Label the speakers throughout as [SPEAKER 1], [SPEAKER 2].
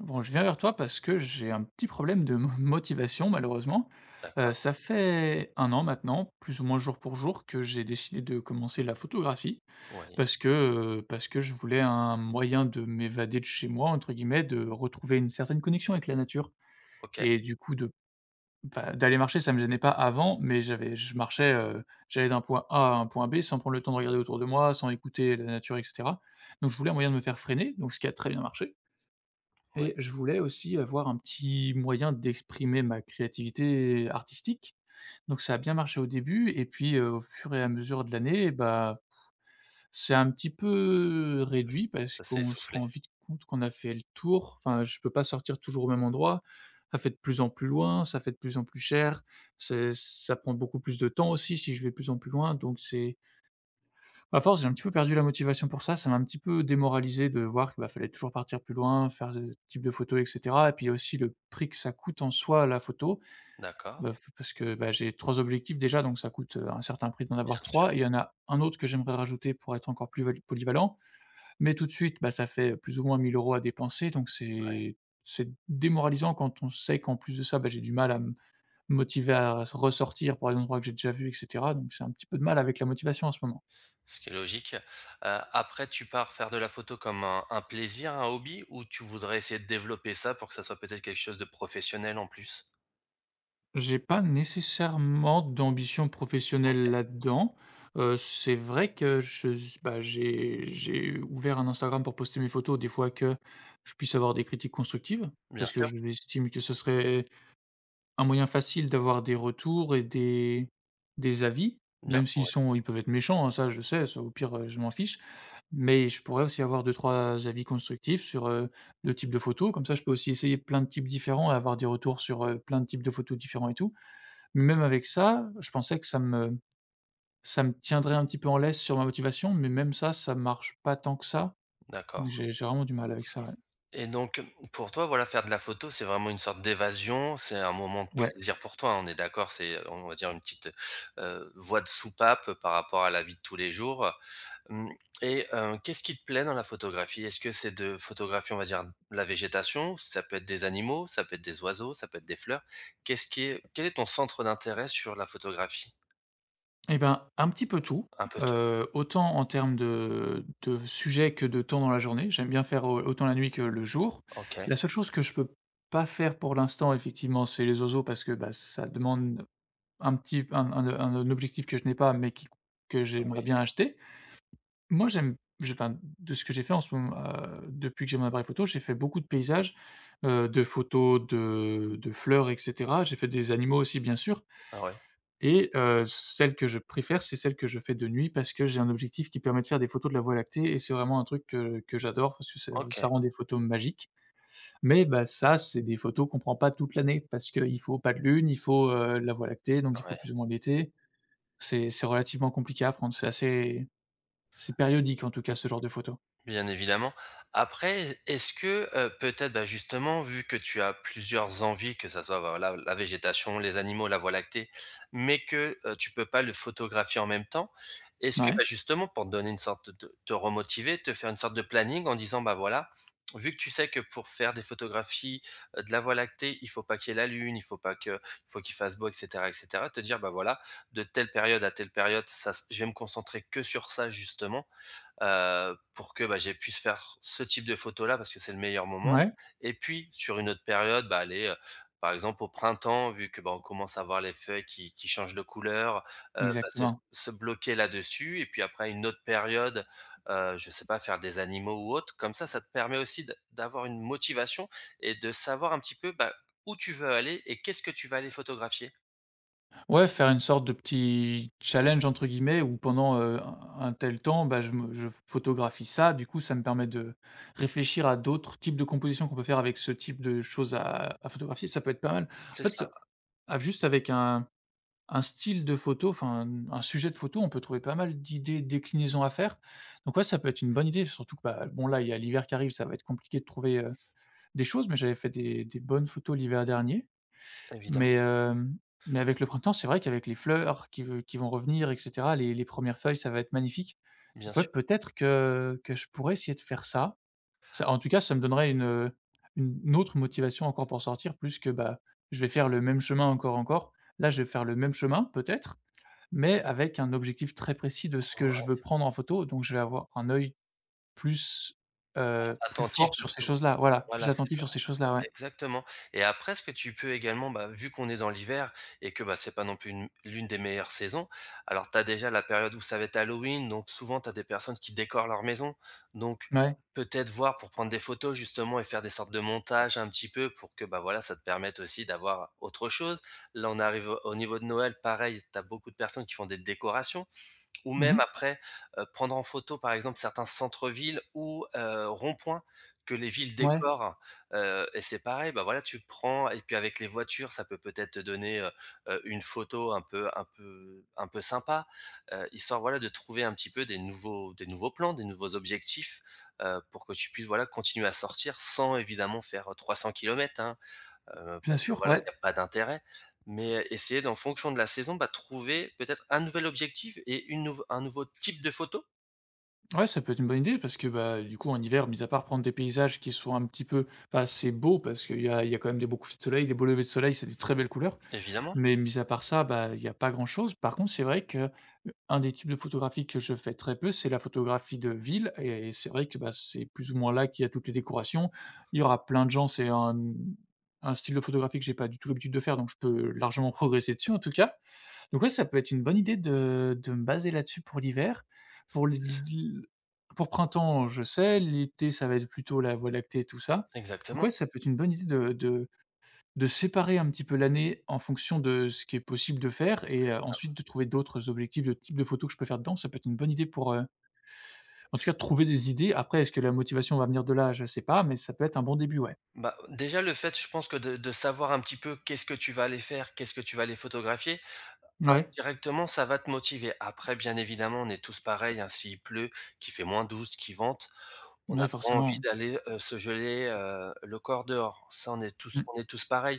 [SPEAKER 1] Bon, je viens vers toi parce que j'ai un petit problème de motivation, malheureusement.
[SPEAKER 2] D'accord,
[SPEAKER 1] Ça fait un an maintenant, plus ou moins jour pour jour, que j'ai décidé de commencer la photographie
[SPEAKER 2] oui,
[SPEAKER 1] parce que je voulais un moyen de m'évader de chez moi, entre guillemets, de retrouver une certaine connexion avec la nature.
[SPEAKER 2] OK,
[SPEAKER 1] Et du coup, enfin, d'aller marcher, ça me gênait pas avant, mais je marchais, j'allais d'un point A à un point B sans prendre le temps de regarder autour de moi, sans écouter la nature, etc. Donc je voulais un moyen de me faire freiner, donc ce qui a très bien marché. Et
[SPEAKER 2] oui.
[SPEAKER 1] je voulais aussi avoir un petit moyen d'exprimer ma créativité artistique. Donc ça a bien marché au début et puis, au fur et à mesure de l'année, bah, c'est un petit peu
[SPEAKER 2] ça s
[SPEAKER 1] réduit parce
[SPEAKER 2] Ça s'est
[SPEAKER 1] qu'on se
[SPEAKER 2] essoufflé.
[SPEAKER 1] rend vite compte qu'on a fait le tour. Enfin, je peux pas sortir toujours au même endroit. Ça fait de plus en plus loin, ça fait de plus en plus cher. C'est Ça prend beaucoup plus de temps aussi si je vais de plus en plus loin, donc c'est à force, j'ai un petit peu perdu la motivation pour ça. Ça m'a un petit peu démoralisé de voir qu'il fallait toujours partir plus loin, faire ce type de photos, et cetera, et puis aussi le prix que ça coûte en soi, la photo,
[SPEAKER 2] D'accord,
[SPEAKER 1] bah, f parce que, bah, j'ai 3 objectifs déjà, donc ça coûte, un certain prix d'en
[SPEAKER 2] bien
[SPEAKER 1] avoir
[SPEAKER 2] sûr,
[SPEAKER 1] 3. Et il y en a un autre que j'aimerais rajouter pour être encore plus vali polyvalent. Mais tout de suite, bah, ça fait plus ou moins mille euros à dépenser, donc c'est démoralisant quand on sait qu'en plus de ça, bah, j'ai du mal à me motiver à ressortir pour des endroits que j'ai déjà vus et cetera, donc c'est un petit peu de mal avec la motivation en ce moment.
[SPEAKER 2] ce qui est logique. Après tu pars faire de la photo comme un plaisir, un hobby, ou tu voudrais essayer de développer ça pour que ça soit peut-être quelque chose de professionnel en plus?
[SPEAKER 1] J'ai pas nécessairement d'ambition professionnelle là-dedans. C'est vrai que je s bah, j'ai ouvert un Instagram pour poster mes photos, des fois que je puisse avoir des critiques constructives,
[SPEAKER 2] Bien
[SPEAKER 1] parce que
[SPEAKER 2] sûr,
[SPEAKER 1] je estime que ce serait un moyen facile d'avoir des retours et des avis,
[SPEAKER 2] bien,
[SPEAKER 1] même s'ils
[SPEAKER 2] oui.
[SPEAKER 1] sont ils peuvent être méchants, hein, ça je sais, ça au pire, je m'en fiche. Mais je pourrais aussi avoir deux trois avis constructifs sur, le type de photo, comme ça je peux aussi essayer plein de types différents et avoir des retours sur, plein de types de photos différents et tout. Mais même avec ça, je pensais que ça me tiendrait un petit peu en laisse sur ma motivation, mais même ça, ça marche pas tant que ça.
[SPEAKER 2] D'accord.
[SPEAKER 1] J'ai vraiment du mal avec ça, ouais.
[SPEAKER 2] Et donc pour toi, voilà, faire de la photo, c'est vraiment une sorte d'évasion, c'est un moment de
[SPEAKER 1] Ouais.
[SPEAKER 2] plaisir pour toi, on est d'accord? C'est, on va dire, une petite, voie de soupape par rapport à la vie de tous les jours. Mmh. Et qu'est-ce qui te plaît dans la photographie? Est-ce que c'est de photographier, on va dire, la végétation? Ça peut être des animaux, ça peut être des oiseaux, ça peut être des fleurs. Qu'est-ce qui est Quel est ton centre d'intérêt sur la photographie?
[SPEAKER 1] Et ben, un petit peu tout,
[SPEAKER 2] Un peu tout.
[SPEAKER 1] autant en termes de sujets que de temps dans la journée. J'aime bien faire au autant la nuit que le jour.
[SPEAKER 2] OK.
[SPEAKER 1] La seule chose que je peux pas faire pour l'instant, effectivement, c'est les oiseaux parce que, bah, ça demande un petit un objectif que je n'ai pas, mais qui que
[SPEAKER 2] Oui.
[SPEAKER 1] j'aimerais bien acheter. Moi, j'aime je enfin, de ce que j'ai fait en ce moment, depuis que j'ai mon appareil photo, j'ai fait beaucoup de paysages, de photos de fleurs et cetera. J'ai fait des animaux aussi, bien sûr,
[SPEAKER 2] Ah ouais.
[SPEAKER 1] et celle que je préfère, c'est celle que je fais de nuit parce que j'ai un objectif qui permet de faire des photos de la Voie lactée et c'est vraiment un truc que j'adore parce que ça
[SPEAKER 2] OK.
[SPEAKER 1] rend des photos magiques. Mais bah, ça, c'est des photos qu'on prend pas toute l'année parce qu'il faut pas de lune, il faut, la Voie lactée, donc il
[SPEAKER 2] Ah
[SPEAKER 1] faut
[SPEAKER 2] ouais.
[SPEAKER 1] plus ou moins l'été. C'est relativement compliqué à prendre, c'est assez c'est périodique en tout cas ce genre de photos.
[SPEAKER 2] Bien évidemment. Après, est-ce que, peut-être, bah, justement, vu que tu as plusieurs envies, que ça soit, bah, voilà, la végétation, les animaux, la voie lactée, mais que, tu peux pas le photographier en même temps, est-ce que, bah,
[SPEAKER 1] Ouais,
[SPEAKER 2] justement, pour te donner une sorte de te remotiver, te faire une sorte de planning en disant: «Bah, voilà, vu que tu sais que pour faire des photographies, de la voie lactée, il faut pas qu'il y ait la lune, il faut pas que il faut qu'il fasse beau», et cetera et cetera. Te dire: «Bah, voilà, de telle période à telle période, ça je vais me concentrer que sur ça, justement, pour que, bah, j'ai puisse faire ce type de photo là parce que c'est le meilleur moment,
[SPEAKER 1] ouais,
[SPEAKER 2] et puis sur une autre période, bah, aller, par exemple au printemps vu que, bah, on commence à voir les feuilles qui changent de couleur, bah, se
[SPEAKER 1] Exactement.
[SPEAKER 2] se bloquer là-dessus, et puis après une autre période, je sais pas, faire des animaux ou autre comme ça te permet aussi d'avoir une motivation et de savoir un petit peu, bah, où tu veux aller et qu'est-ce que tu vas aller photographier».
[SPEAKER 1] Ouais, faire une sorte de petit challenge entre guillemets où pendant, un tel temps, bah, je photographie ça, du coup ça me permet de réfléchir à d'autres types de compositions qu'on peut faire avec ce type de choses à photographier, ça peut être pas mal. En
[SPEAKER 2] C'est
[SPEAKER 1] fait,
[SPEAKER 2] ça,
[SPEAKER 1] a juste avec un style de photo, enfin, un sujet de photo, on peut trouver pas mal d'idées, de déclinaisons à faire. Donc ouais, ça peut être une bonne idée, surtout que, bah, bon, là, il y a l'hiver qui arrive, ça va être compliqué de trouver, des choses, mais j'avais fait des bonnes photos l'hiver dernier. Mais,
[SPEAKER 2] évidemment,
[SPEAKER 1] hem, mais avec le printemps, c'est vrai qu'avec les fleurs qui vont revenir et cetera, les 1 feuilles, ça va être magnifique.
[SPEAKER 2] bien
[SPEAKER 1] Donc ouais,
[SPEAKER 2] sûr,
[SPEAKER 1] peut-être que je pourrais essayer de faire ça. Ça en tout cas, ça me donnerait une autre motivation encore pour sortir, plus que, bah, je vais faire le même chemin encore, encore. Là, je vais faire le même chemin peut-être, mais avec un objectif très précis de ce que je veux prendre en photo, donc je vais avoir un œil plus, plus
[SPEAKER 2] attentif
[SPEAKER 1] fort
[SPEAKER 2] parce
[SPEAKER 1] sur ces
[SPEAKER 2] que
[SPEAKER 1] choses-là, voilà, plus
[SPEAKER 2] voilà, c'est
[SPEAKER 1] attentif
[SPEAKER 2] ça.
[SPEAKER 1] sur ces choses-là, ouais.
[SPEAKER 2] Exactement. Et après ce que tu peux également, bah, vu qu'on est dans l'hiver et que, bah, c'est pas non plus une l'une des meilleures saisons, alors tu as déjà la période où ça va être Halloween, donc souvent tu as des personnes qui décorent leur maison, donc
[SPEAKER 1] Ouais.
[SPEAKER 2] peut-être voir pour prendre des photos justement et faire des sortes de montages un petit peu pour que, bah, voilà, ça te permette aussi d'avoir autre chose. Là, on arrive au niveau de Noël, pareil, tu as beaucoup de personnes qui font des décorations. Ou même
[SPEAKER 1] Mmh.
[SPEAKER 2] après, prendre en photo, par exemple, certains centres-villes ou ronds-points que les villes
[SPEAKER 1] Ouais,
[SPEAKER 2] décorent, et c'est pareil, bah, voilà, tu prends et puis avec les voitures, ça peut peut-être te donner, une photo un peu un peu sympa, histoire, voilà, de trouver un petit peu des nouveaux plans, des nouveaux objectifs, pour que tu puisses, voilà, continuer à sortir sans évidemment faire 300 kilomètres, hein,
[SPEAKER 1] bien
[SPEAKER 2] parce que
[SPEAKER 1] sûr,
[SPEAKER 2] voilà,
[SPEAKER 1] ouais.
[SPEAKER 2] il n'y a pas d'intérêt. Mais, essayer d'en fonction de la saison, bah, trouver peut-être un nouvel objectif et une nouveau un nouveau type de photo,
[SPEAKER 1] Ouais, ça peut être une bonne idée parce que, bah, du coup, en hiver, mis à part prendre des paysages qui sont un petit peu pas assez beaux parce qu'il y a quand même des beaux couchers de soleil, des beaux levées de soleil, c'est des très belles couleurs.
[SPEAKER 2] évidemment.
[SPEAKER 1] Mais mis à part ça, bah, il y a pas grand-chose. Par contre, c'est vrai que, un des types de photographie que je fais très peu, c'est la photographie de ville et c'est vrai que, bah, c'est plus ou moins là qu'il y a toutes les décorations. Il y aura plein de gens, c'est un, un style de photographie que j'ai pas du tout l'habitude de faire, donc je peux largement progresser dessus en tout cas. Donc ouais, ça peut être une bonne idée de me baser là-dessus pour l'hiver. Pour l pour printemps, je sais, l'été, ça va être plutôt la voie lactée, et tout ça. Donc ouais,
[SPEAKER 2] Exactement,
[SPEAKER 1] ça peut être une bonne idée de séparer un petit peu l'année en fonction de ce qui est possible de faire et
[SPEAKER 2] c'est ça.
[SPEAKER 1] ensuite de trouver d'autres objectifs, de type de photos que je peux faire dedans, ça peut être une bonne idée pour, en tout cas trouver des idées. Après est-ce que la motivation va venir de là? Je sais pas, mais ça peut être un bon début, ouais.
[SPEAKER 2] Bah, déjà le fait, je pense, que de savoir un petit peu qu'est-ce que tu vas aller faire, qu'est-ce que tu vas aller photographier,
[SPEAKER 1] Ouais,
[SPEAKER 2] indirectement ça va te motiver. Après bien évidemment, on est tous pareils, hein, s'il pleut, qu'il fait moins douze, qu'il vente, on n'a
[SPEAKER 1] ouais,
[SPEAKER 2] pas envie
[SPEAKER 1] forcément.
[SPEAKER 2] d'aller, se geler, le corps dehors. Ça,
[SPEAKER 1] Mmh.
[SPEAKER 2] on est tous pareils.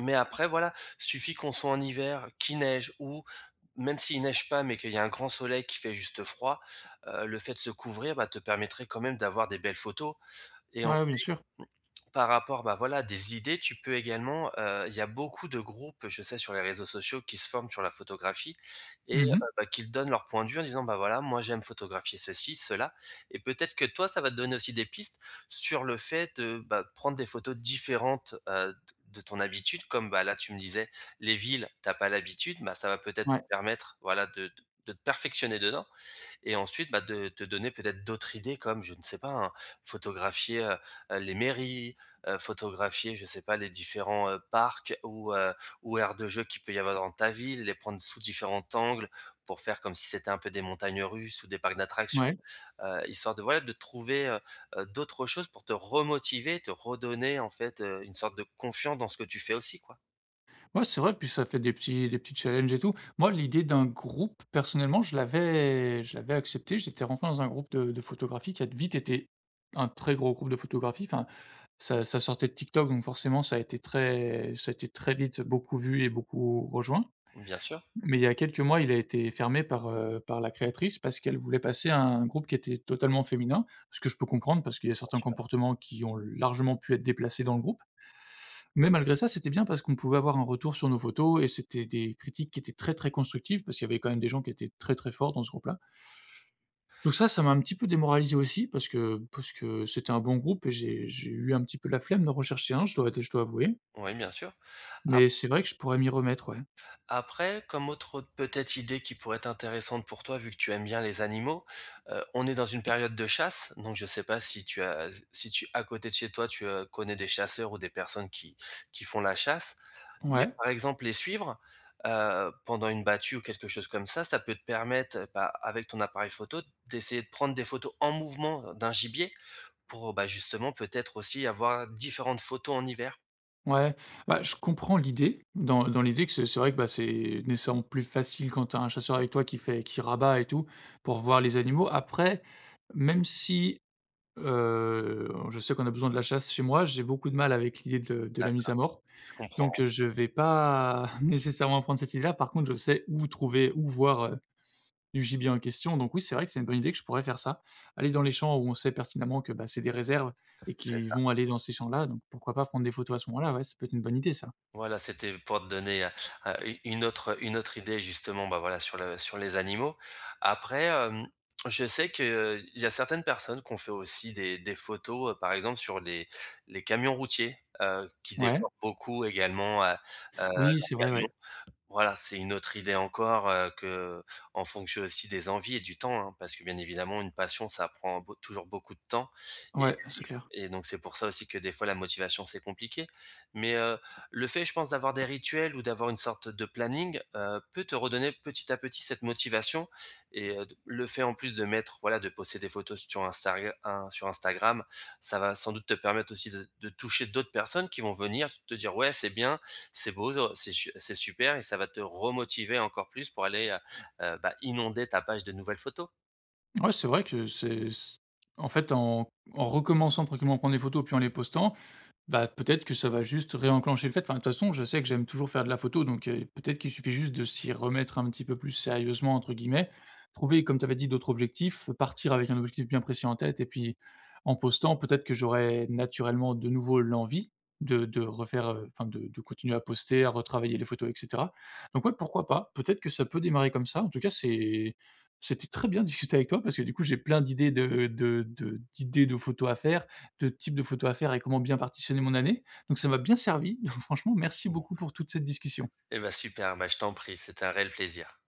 [SPEAKER 2] Mais après voilà, suffit qu'on soit en hiver, qu'il neige ou même s'il neige pas, mais qu'il y a un grand soleil qui fait juste froid, le fait de se couvrir, bah, te permettrait quand même d'avoir des belles photos. Et en
[SPEAKER 1] Ouais, bien sûr.
[SPEAKER 2] Par rapport, bah, voilà, des idées, tu peux également, il y a beaucoup de groupes, je sais, sur les réseaux sociaux qui se forment sur la photographie, et
[SPEAKER 1] Mmh.
[SPEAKER 2] bah, qu'ils donnent leur point de vue en disant: «Bah, voilà, moi j'aime photographier ceci, cela», et peut-être que toi, ça va te donner aussi des pistes sur le fait de, bah, prendre des photos différentes, de ton habitude. Comme, bah, là, tu me disais les villes, t'as pas l'habitude, bah, ça va peut-être te
[SPEAKER 1] Ouais,
[SPEAKER 2] permettre, voilà, de te perfectionner dedans et ensuite, bah, de te donner peut-être d'autres idées comme, je ne sais pas, hein, photographier, les mairies, photographier, je ne sais pas, les différents, parcs ou aires de jeu qu'il peut y avoir dans ta ville, les prendre sous différents angles pour faire comme si c'était un peu des montagnes russes ou des parcs d'attractions,
[SPEAKER 1] ouais.
[SPEAKER 2] histoire de, voilà, de trouver, d'autres choses pour te remotiver, te redonner, en fait, une sorte de confiance dans ce que tu fais aussi, quoi.
[SPEAKER 1] Ouais, c'est vrai, puis ça fait des petits challenges et tout. Moi l'idée d'un groupe, personnellement, je l'avais accepté. J'étais rentré dans un groupe de photographie qui a vite été un très gros groupe de photographie, enfin ça sortait de TikTok, donc forcément ça a été très vite beaucoup vu et beaucoup rejoint.
[SPEAKER 2] Bien sûr,
[SPEAKER 1] Mais il y a quelques mois, il a été fermé par, par la créatrice parce qu'elle voulait passer à un groupe qui était totalement féminin, ce que je peux comprendre parce qu'il y a
[SPEAKER 2] bien
[SPEAKER 1] certains
[SPEAKER 2] sûr.
[SPEAKER 1] comportements qui ont largement pu être déplacés dans le groupe. Mais malgré ça, c'était bien parce qu'on pouvait avoir un retour sur nos photos et c'était des critiques qui étaient très, très constructives parce qu'il y avait quand même des gens qui étaient très, très forts dans ce groupe-là. Donc ça m'a un petit peu démoralisé aussi parce que c'était un bon groupe et j'ai eu un petit peu la flemme de rechercher un, je dois avouer.
[SPEAKER 2] Oui, bien sûr.
[SPEAKER 1] Mais c'est vrai que je pourrais m'y remettre, ouais.
[SPEAKER 2] Après, comme autre peut-être idée qui pourrait être intéressante pour toi, vu que tu aimes bien les animaux, on est dans une période de chasse, donc je sais pas si tu as si tu à côté de chez toi, tu, connais des chasseurs ou des personnes qui font la chasse. Mais
[SPEAKER 1] Ouais,
[SPEAKER 2] par exemple les suivre, pendant une battue ou quelque chose comme ça peut te permettre, bah, avec ton appareil photo, d'essayer de prendre des photos en mouvement d'un gibier pour, bah, justement peut-être aussi avoir différentes photos en hiver.
[SPEAKER 1] ouais. Bah, je comprends l'idée, dans l'idée que c'est vrai que, bah, c'est nécessairement plus facile quand t'as un chasseur avec toi qui fait qui rabat et tout, pour voir les animaux. Après, même si, je sais qu'on a besoin de la chasse chez moi, j'ai beaucoup de mal avec l'idée de la mise à
[SPEAKER 2] D'accord,
[SPEAKER 1] mort,
[SPEAKER 2] je comprends,
[SPEAKER 1] donc je vais pas nécessairement prendre cette idée-là. Par contre, je sais où trouver où voir, du gibier en question. Donc oui, c'est vrai que c'est une bonne idée que je pourrais faire ça. Aller dans les champs où on sait pertinemment que, bah, c'est des réserves et
[SPEAKER 2] c'est
[SPEAKER 1] qu'ils vont aller dans ces champs-là, donc pourquoi pas prendre des photos à ce moment-là, ouais, ça peut être une bonne idée ça.
[SPEAKER 2] voilà, c'était pour te donner, u une autre idée justement, bah, voilà, sur le sur les animaux. Après, hem, je sais que il y a certaines personnes qui ont fait aussi des photos, par exemple sur les camions routiers, qui
[SPEAKER 1] Ouais.
[SPEAKER 2] décorent beaucoup également, leurs
[SPEAKER 1] Oui, c'est vrai,
[SPEAKER 2] camions.
[SPEAKER 1] ouais.
[SPEAKER 2] Voilà, c'est une autre idée encore, que en fonction aussi des envies et du temps, hein, parce que bien évidemment une passion ça prend beau toujours beaucoup de temps, et
[SPEAKER 1] Ouais,
[SPEAKER 2] il
[SPEAKER 1] c'est
[SPEAKER 2] f
[SPEAKER 1] clair.
[SPEAKER 2] et donc c'est pour ça aussi que des fois la motivation c'est compliqué. Mais, le fait je pense d'avoir des rituels ou d'avoir une sorte de planning, peut te redonner petit à petit cette motivation, et le fait en plus de mettre voilà de poster des photos sur Instagram, ça va sans doute te permettre aussi de toucher d'autres personnes qui vont venir te dire: «Ouais c'est bien, c'est beau, c'est super», et ça va te remotiver encore plus pour aller bah, inonder ta page de nouvelles photos.
[SPEAKER 1] Ouais, c'est vrai que c'est c en fait, en recommençant tranquillement à prendre des photos, puis en les postant, bah, peut-être que ça va juste réenclencher le fait. Enfin, de toute façon, je sais que j'aime toujours faire de la photo, donc peut-être qu'il suffit juste de s'y remettre un petit peu «plus sérieusement» entre guillemets. Trouver, comme tu avais dit, d'autres objectifs, partir avec un objectif bien précis en tête et puis en postant, peut-être que j'aurai naturellement de nouveau l'envie de refaire, enfin de continuer à poster, à retravailler les photos et cetera. Donc ouais, pourquoi pas? Peut-être que ça peut démarrer comme ça. En tout cas, c'était très bien de discuter avec toi parce que du coup, j'ai plein d'idées de d'idées de photos à faire de type de photos à faire et comment bien partitionner mon année. Donc ça m'a bien servi. Donc franchement, merci
[SPEAKER 2] Bon.
[SPEAKER 1] beaucoup pour toute cette discussion.
[SPEAKER 2] Eh ben super, bah, je t'en prie, c'était un réel plaisir.